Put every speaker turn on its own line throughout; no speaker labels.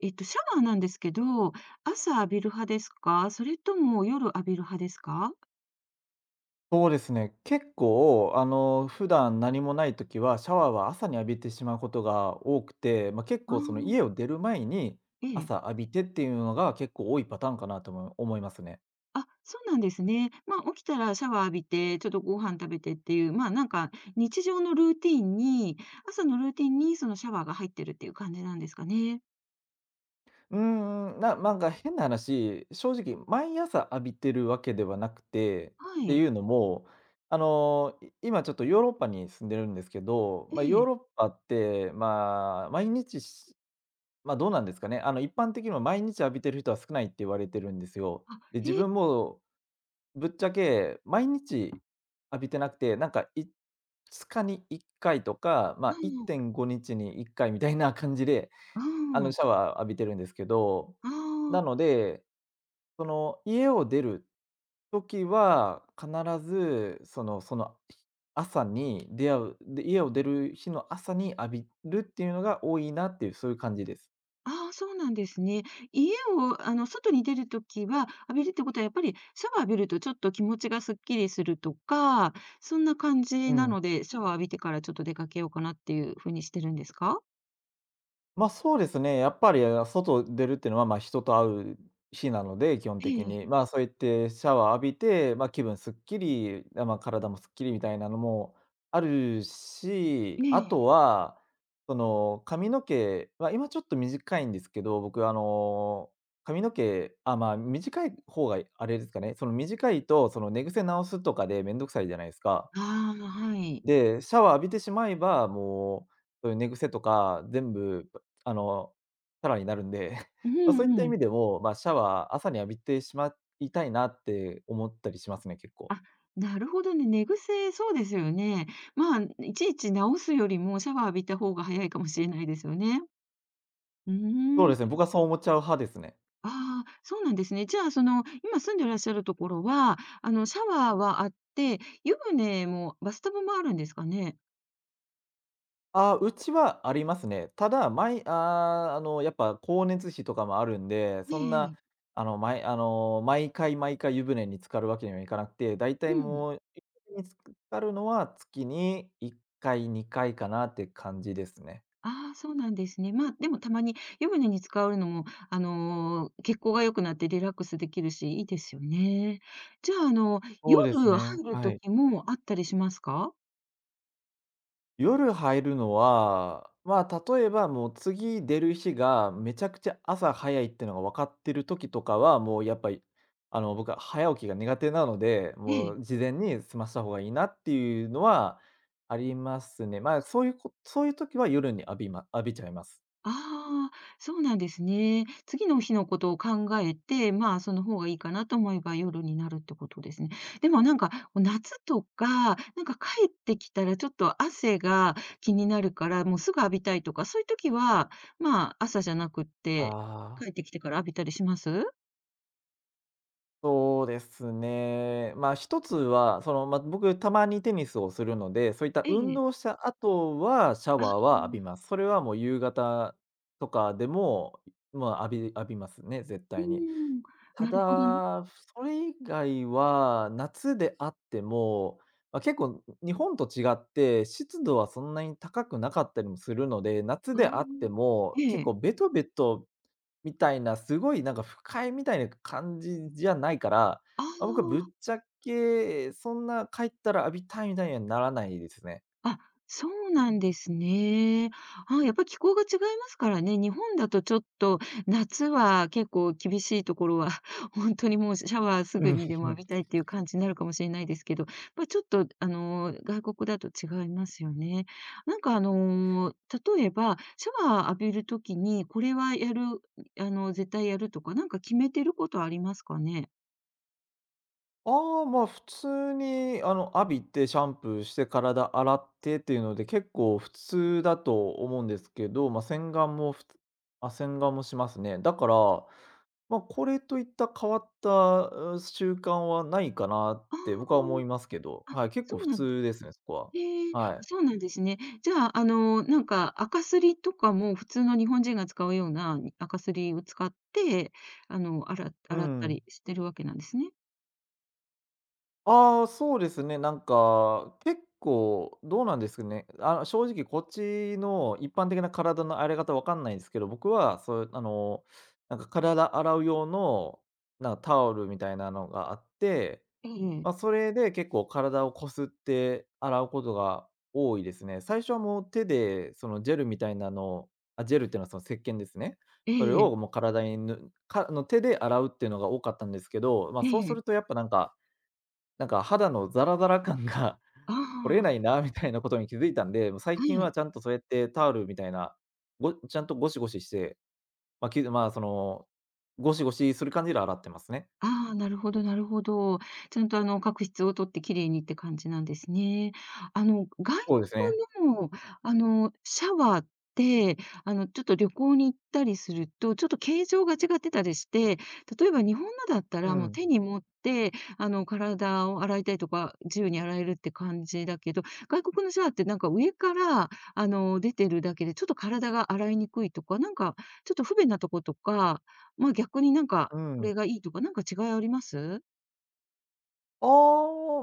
シャワーなんですけど、朝浴びる派ですか？それとも夜浴びる派ですか？
そうですね。結構、普段何もない時は、シャワーは朝に浴びてしまうことが多くて、まあ、結
あ
構その家を
あ、
出る前に、
ええ。
朝浴びてっていうのが結構多いパターンかなとも思いますね。
あ、そうなんですね。まあ、起きたらシャワー浴びて、ちょっとご飯食べてっていう、まあ、なんか日常のルーティンに朝のルーティンにそのシャワーが入ってるっていう感じなんですかね。
うーん、んか変な話、正直毎朝浴びてるわけではなくて、っ
は
て
い。
いうのも、あの、今ちょっとヨーロッパに住んでるんですけど、
え
まあ、ヨー
え。
ロッパって、まあ、毎日まあ、どうなんですかね。あの、一般的にも毎日浴びてる人は少ないって言われてるんですよ。
あ、
で、自
へえ、
分もぶっちゃけ毎日浴びてなくて、なんか5日に1回とか、まあ、
う
1.5日に1回みたいな感じで、
ん、
あ
う
の、
ん。
シャワー浴びてるんですけど、
あ
な
あ。
ので、その、家を出る時は必ず、その朝に出会う、で、家を出る日の朝に浴びるっていうのが多いなっていう、そういう感じです。
ああ、そうなんですね。家を、あの、外に出るときは浴びるってことは、やっぱりシャワー浴びるとちょっと気持ちがすっきりするとか、そんな感
う
じな
ん。
ので、シャワー浴びてからちょっと出かけようかなっていう風にしてるんですか？
ま、あそうですね。やっぱり、あ、外出るっていうのは、ま、人と会う日なので、基本的
え
に。
え、
ま、あそうやってシャワー浴びて、ま、気分すっきり、あ、ま、体もすっきりみたいなのもあるし、
え
あと
え。
は、その、髪の毛は今ちょっと短いんですけど、僕、髪の毛、あ、ま、短い方があれですかね、その短いと、その、寝癖直すとかでめんどくさいじゃないですか。
ああ、はい。
で、シャワー浴びてしまえば、もう、そういう寝癖とか全部、あの、チャラになるんで、
う
まあ、そういった
んう
意
ん。
味でも、まあ、シャワー朝に浴びてしまいたいなって思ったりしますね、結構。
あ、なるほどね。寝癖、そうですよね。まあ、いちいち直すよりもシャワー浴びた方が早いかもしれないですよね。う
そう
ー
ですね、
ん。
僕はそう思っちゃう派ですね。
ああ、そうなんですね。じゃあ、今住んでらっしゃるところは、シャワーはあって、湯船もバスタブもあるんですかね？
ああ、うちはありますね。ただ、あ、あの、やっぱ光熱費とかもあるんで、
え
そん
ええ
な、
え。
あの、毎回毎回湯船に浸かるわけにはいかなくて、だいたい
うん。
もう、湯船に浸かるのは月に1回、2回かなって感じですね。
ああ、そうなんですね。まあ、でもたまに湯船に使うのも、血行が良くなってリラックスできるし、いいですよね。じゃあ、
そうです
夜
ね、
入る
はい。
時もあったりしますか？
夜入るのは、まあ、例えばもう次出る日がめちゃくちゃ朝早いってのが分かってる時とかは、もうやっぱり、あの、僕は早起きが苦手なので、
え
も
え。
う事前に済ました方がいいなっていうのはありますね。まあ、そういうこそういう時は夜に浴びちゃいます。
ああ、そうなんですね。次の日のことを考えて、まあ、その方がいいかなと思えば夜になるってことですね。でもなんか、夏とか、なんか帰ってきたらちょっと汗が気になるから、もうすぐ浴びたいとか、そういう時は、まあ、朝じゃなくっ
あ
て、
あ。
帰ってきてから浴びたりします。
そうですね。まあ、一つは、その、まあ、僕たまにテニスをするので、そういった
え
運
え。
動した後はシャ
ああ、
ワーは浴びます。それはもう夕方とかでも、まあ、浴びますね、絶
う
対に。
ん、
た
なるほどね。
だ、それ以外は夏であっても、まあ、結構日本と違って湿度はそんなに高くなかったりもするので、夏
あ
であっても
あ、え
結
え。
構ベトベトみたいな、すごいなんか不快みたいな感じじゃないから、
あ
あ、僕はぶっ
あ。
ちゃけ、そんな帰ったら浴びたいみたいにはならないですね。
あ、そうなんですね。あ、やっぱ気候が違いますからね。日本だとちょっと夏は結構厳しいところは、本当にもうシャワーす
う
ぐ
ん、
にでも浴びたいっていう感じになるかもしれないですけど、まあ、ちょっと外国だと違いますよね。なんか例えば、シャワー浴びるときにこれはやる、あの、絶対やるとか、なんか決めてることありますかね？
ああ、まあ、普通にあの、浴びてシャンプーして体洗ってっていうので、結構普通だと思うんですけど、ま、洗顔もふつあ、洗顔もしますね。だから、ま、これといった変わった、う、習慣はないかなっ
あ
て僕は思いますけど、
あ、あ、
はい、結構
そう
普
なんだ。
通ですね、そこ
ええ、
は。
あ、
はい。
そうなんですね。じゃあ、なんか、赤すりとかも普通の日本人が使うような、に赤すりを使って、あら
う
洗った
ん。
りしてるわけなんですね。
ああ、そうですね。なんか、結構どうなんですかね。あ、正直こっちの一般的な体の洗い方わかんないんですけど、僕はそうあの、なんか体洗う用の、なんかタオルみたいなのがあって、
え
ま
え。
あ、それで結構体をこすって洗うことが多いですね。最初はもう手でそのジェルみたいなのをあ、ジェルっていうのはその石鹸ですね。
え
それ
ええ
を
え。
もう体にぬかの手で洗うっていうのが多かったんですけど、まあ、
え
そうすると
え。
やっぱなんか肌のザラザラ感が
あ
取れない
あ、
なみたいなことに気づいたんで、もう最
は
近は
い。
ちゃんとそうやってタオルみたいな、ちゃんとゴシゴシして、まあ、その、ゴシゴシする感じで洗ってますね。
ああ、なるほどなるほど。ちゃんと角質を取ってきれいにって感じなんですね。外
そうですね。
国の、シャワーって、ちょっと旅行に行ったりすると、ちょっと形状が違ってたりして、例えば日本のだった
う
らもう
ん、
手に持って、体を洗いたいとか、自由に洗えるって感じだけど、外国のシャワーってなんか上から、出てるだけで、ちょっと体が洗いにくいとか、なんかちょっと不便なとことか、まあ、逆になんか
う
こ
ん。
れがいいとか、なんか違いあります？
あ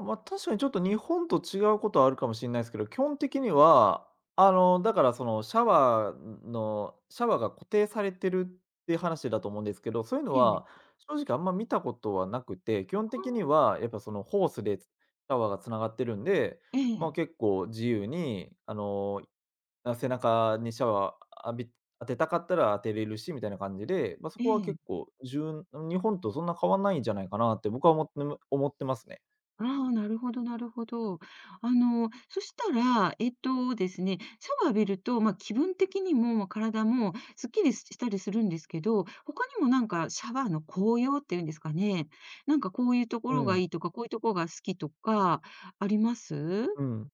あ、ま、確かにちょっと日本と違うことはあるかもしれないですけど、基本的には、あの、だからそのシャワーが固定されてるっていう話だと思うんですけど、そういうの
ええ。
は正直あんま見たことはなくて、基本
あ
的に
あ、
はやっぱそのホースでシャワーが繋がってるんで、
え
ま、
え、
結構自由に、あの、あ、背中にシャワー当てたかったら当てれるしみたいな感じで、まあ、そ
え
こは結
え。
構じゅん日本とそんな変わんないんじゃないかなって僕は思ってますね。
ああ、なるほどなるほど。そしたら、えっとですね、シャワー浴びると、ま、気分的にも、ま、体もすっきりしたりするんですけど、他にもなんかシャワーの効用っていうんですかね、なんかこういうとこ
う
ろが
ん、
いいとか、こういうとこが好きとかあります？
うん。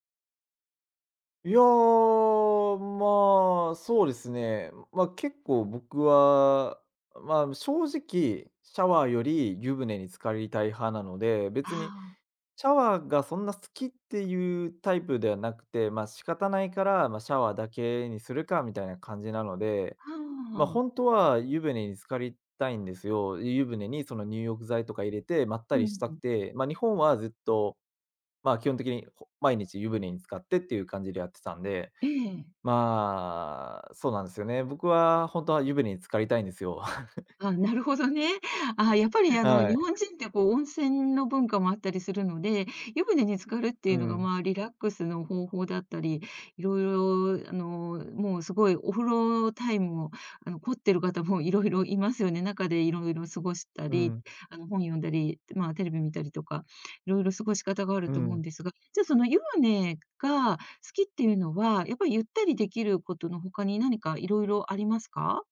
いやー、まあ、そうですね。まあ、結構僕は、まあ、正直、シャワーより湯船に浸かりたい派なので、
あ
別に
あ、
シャワーがそんな好きっていうタイプではなくて、まあ、仕方ないから、まあ、シャワーだけにするかみたいな感じなので、
あ
ま、あ本
あ。
当は湯船に浸かりたいんですよ。湯船にその入浴剤とか入れてまった
うんう
りしたく
ん。
て、まあ、日本はずっとまあ、基本的に、毎日湯船に浸かってっていう感じでやってたんで、
ええ。
まあ、そうなんですよね。僕は本当は湯船に浸かりたいんですよ。
あ、なるほどね。あ、やっぱり あの
は
日
い。
本人ってこう温泉の文化もあったりするので、湯船に浸かるって
う
いうのが
ん、
まあリラックスの方法だったり、いろいろもうすごいお風呂タイムを凝ってる方もいろいろいますよね。中でいろいろ過ごした
う
り、
ん、
本読んだり、まあテレビ見たりとか、いろいろ過ごし方があ
う
ると思うん
ん。
ですが、じゃあその湯船が好きっていうのは、やっぱりゆったりできることの他に何かいろいろありますか？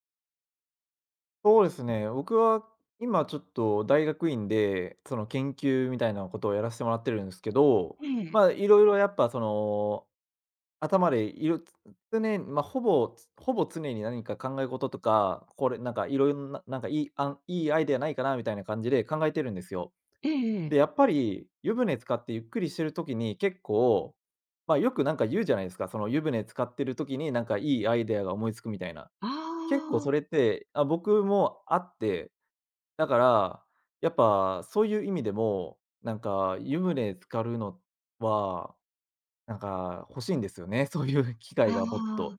そうですね、僕は今ちょっと大学院で、その研究みたいなことをやらせてもらってるんですけど、
ええ、
まあ、いろいろやっぱその、頭でいろ常にまあ、ほぼほぼ常に何か考え事とか、これなんかいろいろな、なんかいいいいアイデアないかなみたいな感じで考えてるんですよ。
え
で、
ええ。
やっぱり湯船使ってゆっくりしてる時に結構、ま、あよくなんか言うじゃないですか、その湯船使ってる時になんかいいアイデアが思いつくみたいな。結構
あ
それって、あ、僕もあって、だから、やっぱそういう意味でも、なんか湯船浸かるのは、なんか欲しいんですよね、そういう機
あ、
会がもっ
あ
と。
あ、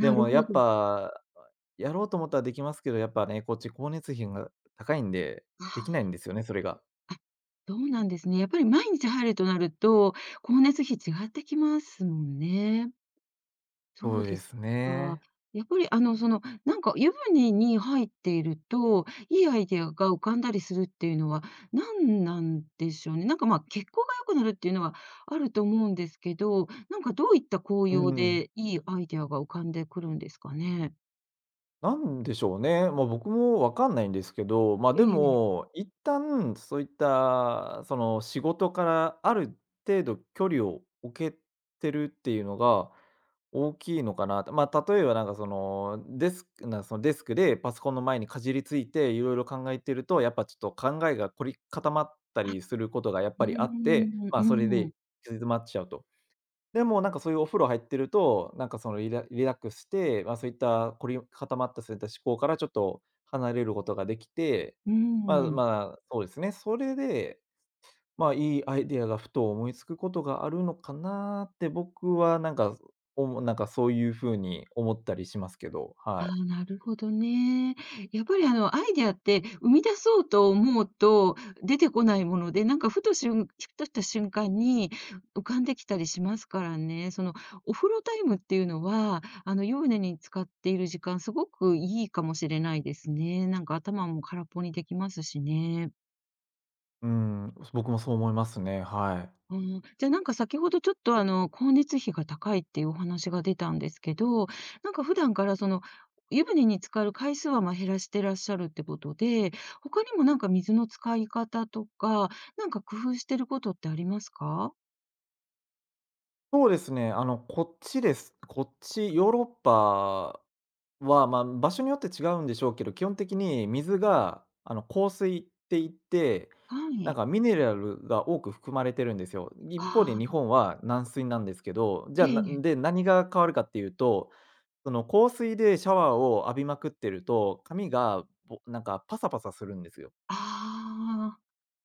で
る
もや
ほ
っ
ど。
ぱ、やろうと思ったらできますけど、やっぱね、こっち光熱費が高いんで、
あ
で
あ、
きないんですよね、それが。
そうなんですね。やっぱり毎日入るとなると、光熱費違ってきますもんね。そ
そ
う
う
で
で
す
す
か。
ね。
やっぱりなんか湯船に入っていると、いいアイデアが浮かんだりするっていうのは、何なんでしょうね。なんか、血行が良くなるっていうのはあると思うんですけど、なんかどういった効
う
用
ん、
でいいアイデアが浮かんでくるんですかね？
なんでしょうね。まあ、僕もわかんないんですけど、まあ、
え
で
え。
も、一旦そういった、その、仕事からある程度距離を置けてるっていうのが大きいのかなと。まあ、例えばなんか、その、デスクでパソコンの前にかじりついていろいろ考えてると、やっぱちょっと考えが凝り固まった
あ、
りすることがやっ
う
ぱ
ー
りあって、
ん、
まあ、それ
う
で
ん。
行き詰まっちゃうと。でも、なんかそういうお風呂入ってると、なんかそのリラックスして、まあ、そういった凝り固まったそういった思考からちょっと離れることができて、
うー
まあ
ん。
まあ、そうですね。それで、いいアイデアがふと思いつくことがあるのかなって僕はなんか、おもなんかそういう風に思ったりしますけど、
あ
はい。
あ、なるほどね。やっぱりアイデアって生み出そうと思うと出てこないもので、なんかふとした瞬間に浮かんできたりしますからね。そのお風呂タイムっていうのは、湯船に浸かっている時間すごくいいかもしれないですね。なんか頭も空っぽにできますしね。
うん、僕もそう思いますね、はい。
うん、じゃあなんか先ほどちょっと光熱費が高いっていうお話が出たんですけど、なんか普段からその湯船に浸かる回数はまあ減らしてらっしゃるってことで、他にもなんか水の使い方とか、なんか工夫してることってありますか？
そうですね、こっちです。こっち、ヨーロッパは、場所によって違うんでしょうけど、基本的に水が、硬水って言って、
は
なん
い。
かミネラルが多く含まれてるんですよ。一方で
あ
日
あ、
本は軟水なんですけど、じゃあ、
ええ。
何が変わるかっていうと、その、硬水でシャワーを浴びまくってると、髪が、なんかパサパサするんですよ。
ああ、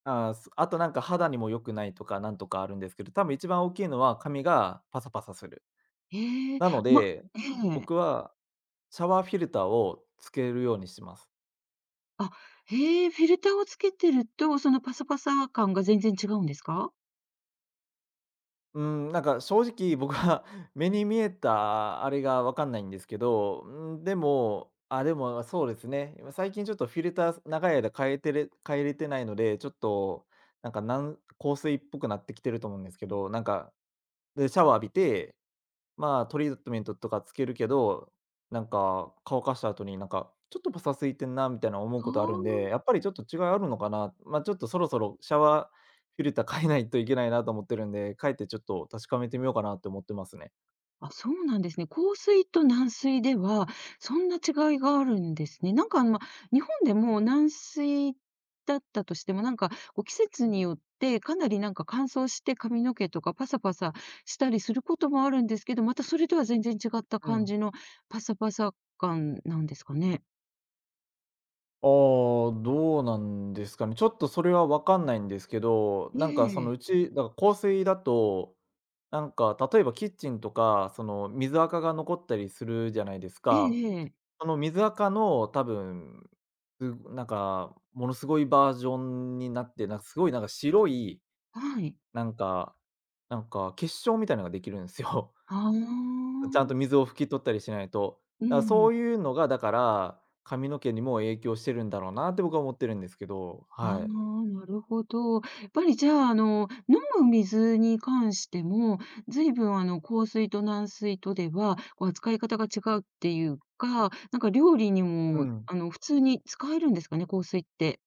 あとなんか肌にも良くないとかなんとかあるんですけど、多分一番大きいのは髪がパサパサする。
ええ、
なの
ま、
で、
ええ。
僕はシャワーフィルターをつけるようにします。
あ、へえ、フィルターをつけてると、そのパサパサ感が全然違うんですか？
うん、なんか正直僕は 目に見えたあれがわかんないんですけど、うん、でも、あ、でもそうですね。今最近ちょっとフィルター長い間変えれてないので、ちょっとなんか香水っぽくなってきてると思うんですけど、なんかでシャワー浴びて、トリートメントとかつけるけど、なんか乾かした後になんか、ちょっとパサついてんなみたいな思う
あ
ことあるんで、や
あ。
っぱりちょっと違いあるのかな、ちょっとそろそろシャワーフィルター変えないといけないなと思ってるんで、変えてちょっと確かめてみようかなって思ってますね。
あ、そうなんですね。硬水と軟水では、そんな違いがあるんですね。なんか、ま、日本でも軟水だったとしても、なんか、こう、季節によってかなり、なんか、乾燥して髪の毛とかパサパサしたりすることもあるんですけど、またそれとは全然違った
う
感
ん。
じのパサパサ感なんですかね？
ああ、どうなんですかね。ちょっとそれはわかんないんですけど、
え
なんかその
え。
うち、だから香水だと、なんか例えばキッチンとか、その水垢が残ったりするじゃないです
え
か。
えええ。
水垢の多分、すなんか、ものすごいバージョンになって、なんかすごいなんか白い、
はい。
なんかなんか結晶みたいなのができるんすよ。
ああ。
ちゃんと水を拭き取ったりしないと。
う
だから
ん。
そういうのが、だから、髪の毛にも影響してるんだろうなって僕は思ってるんですけど、
あ
は
あ、
い。
なるほど。やっぱりじゃあ、飲む水に関しても、随分硬水と軟水とでは、こう扱い方が違うっていうか、なんか料理に
う
も、
ん。
普通に使えるんですかね、硬水って。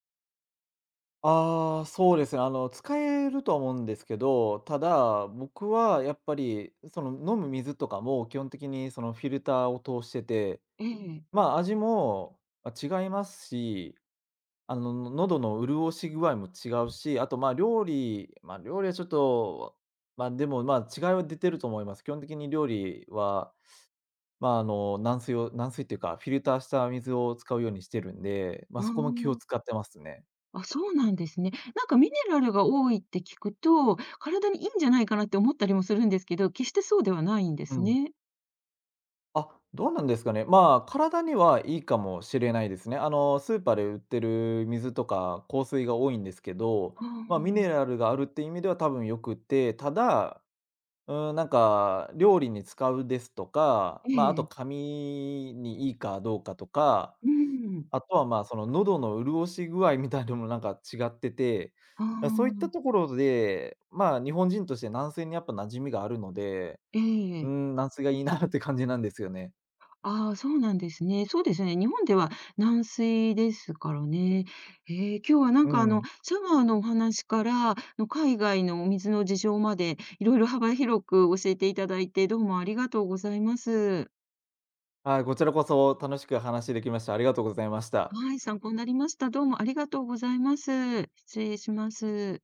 ああ、そうですね。使えるとは思うんですけど、ただ、僕はやっぱり、その、飲む水とかも基本的にそのフィルターを通してて、
ええ。
味も、あ、違いますし、喉の潤し具合も違うし、あと、まあ、料理はちょっと、まあ、でも、違いは出てると思います。基本的に料理は、まあ、軟水っていうか、フィルターした水を使うようにしてるんで、まあ、そこも気を
あ
使ってますね。
あ、あ、そうなんですね。なんかミネラルが多いって聞くと、体にいいんじゃないかなって思ったりもするんですけど、決してそうではないんで
う
す
ん。
ね。
あ、どうなんですかね。まあ、体にはいいかもしれないですね。スーパーで売ってる水とか香水が多いんですけど、
ああ、
まあ、ミネラルがあるっていう意味では多分よくて、ただうん、なんか、料理に使うですとか、
え
まあ、あと
え、
髪にいいかどうかとか、
うん。
あとは、まあ、その喉の潤し具合みたいなのもなんか違ってて、
あ
あそういったとこ
あ、
ろで、まあ、日本人として軟水にやっぱ馴染みがあるので、
え
うー
え。
ん、軟水がいいなって感じなんですよね。
ああ、そうなんですね。そうですね。日本では軟水ですからね。ええ、今日はな
う
んか
ん。
シャワーのお話から、海外のお水の事情まで、いろいろ幅広く教えていただいて、どうもありがとうございます。
はい、こちらこそ楽しく話できました。ありがとうございました。
はい、参考になりました。どうもありがとうございます。失礼します。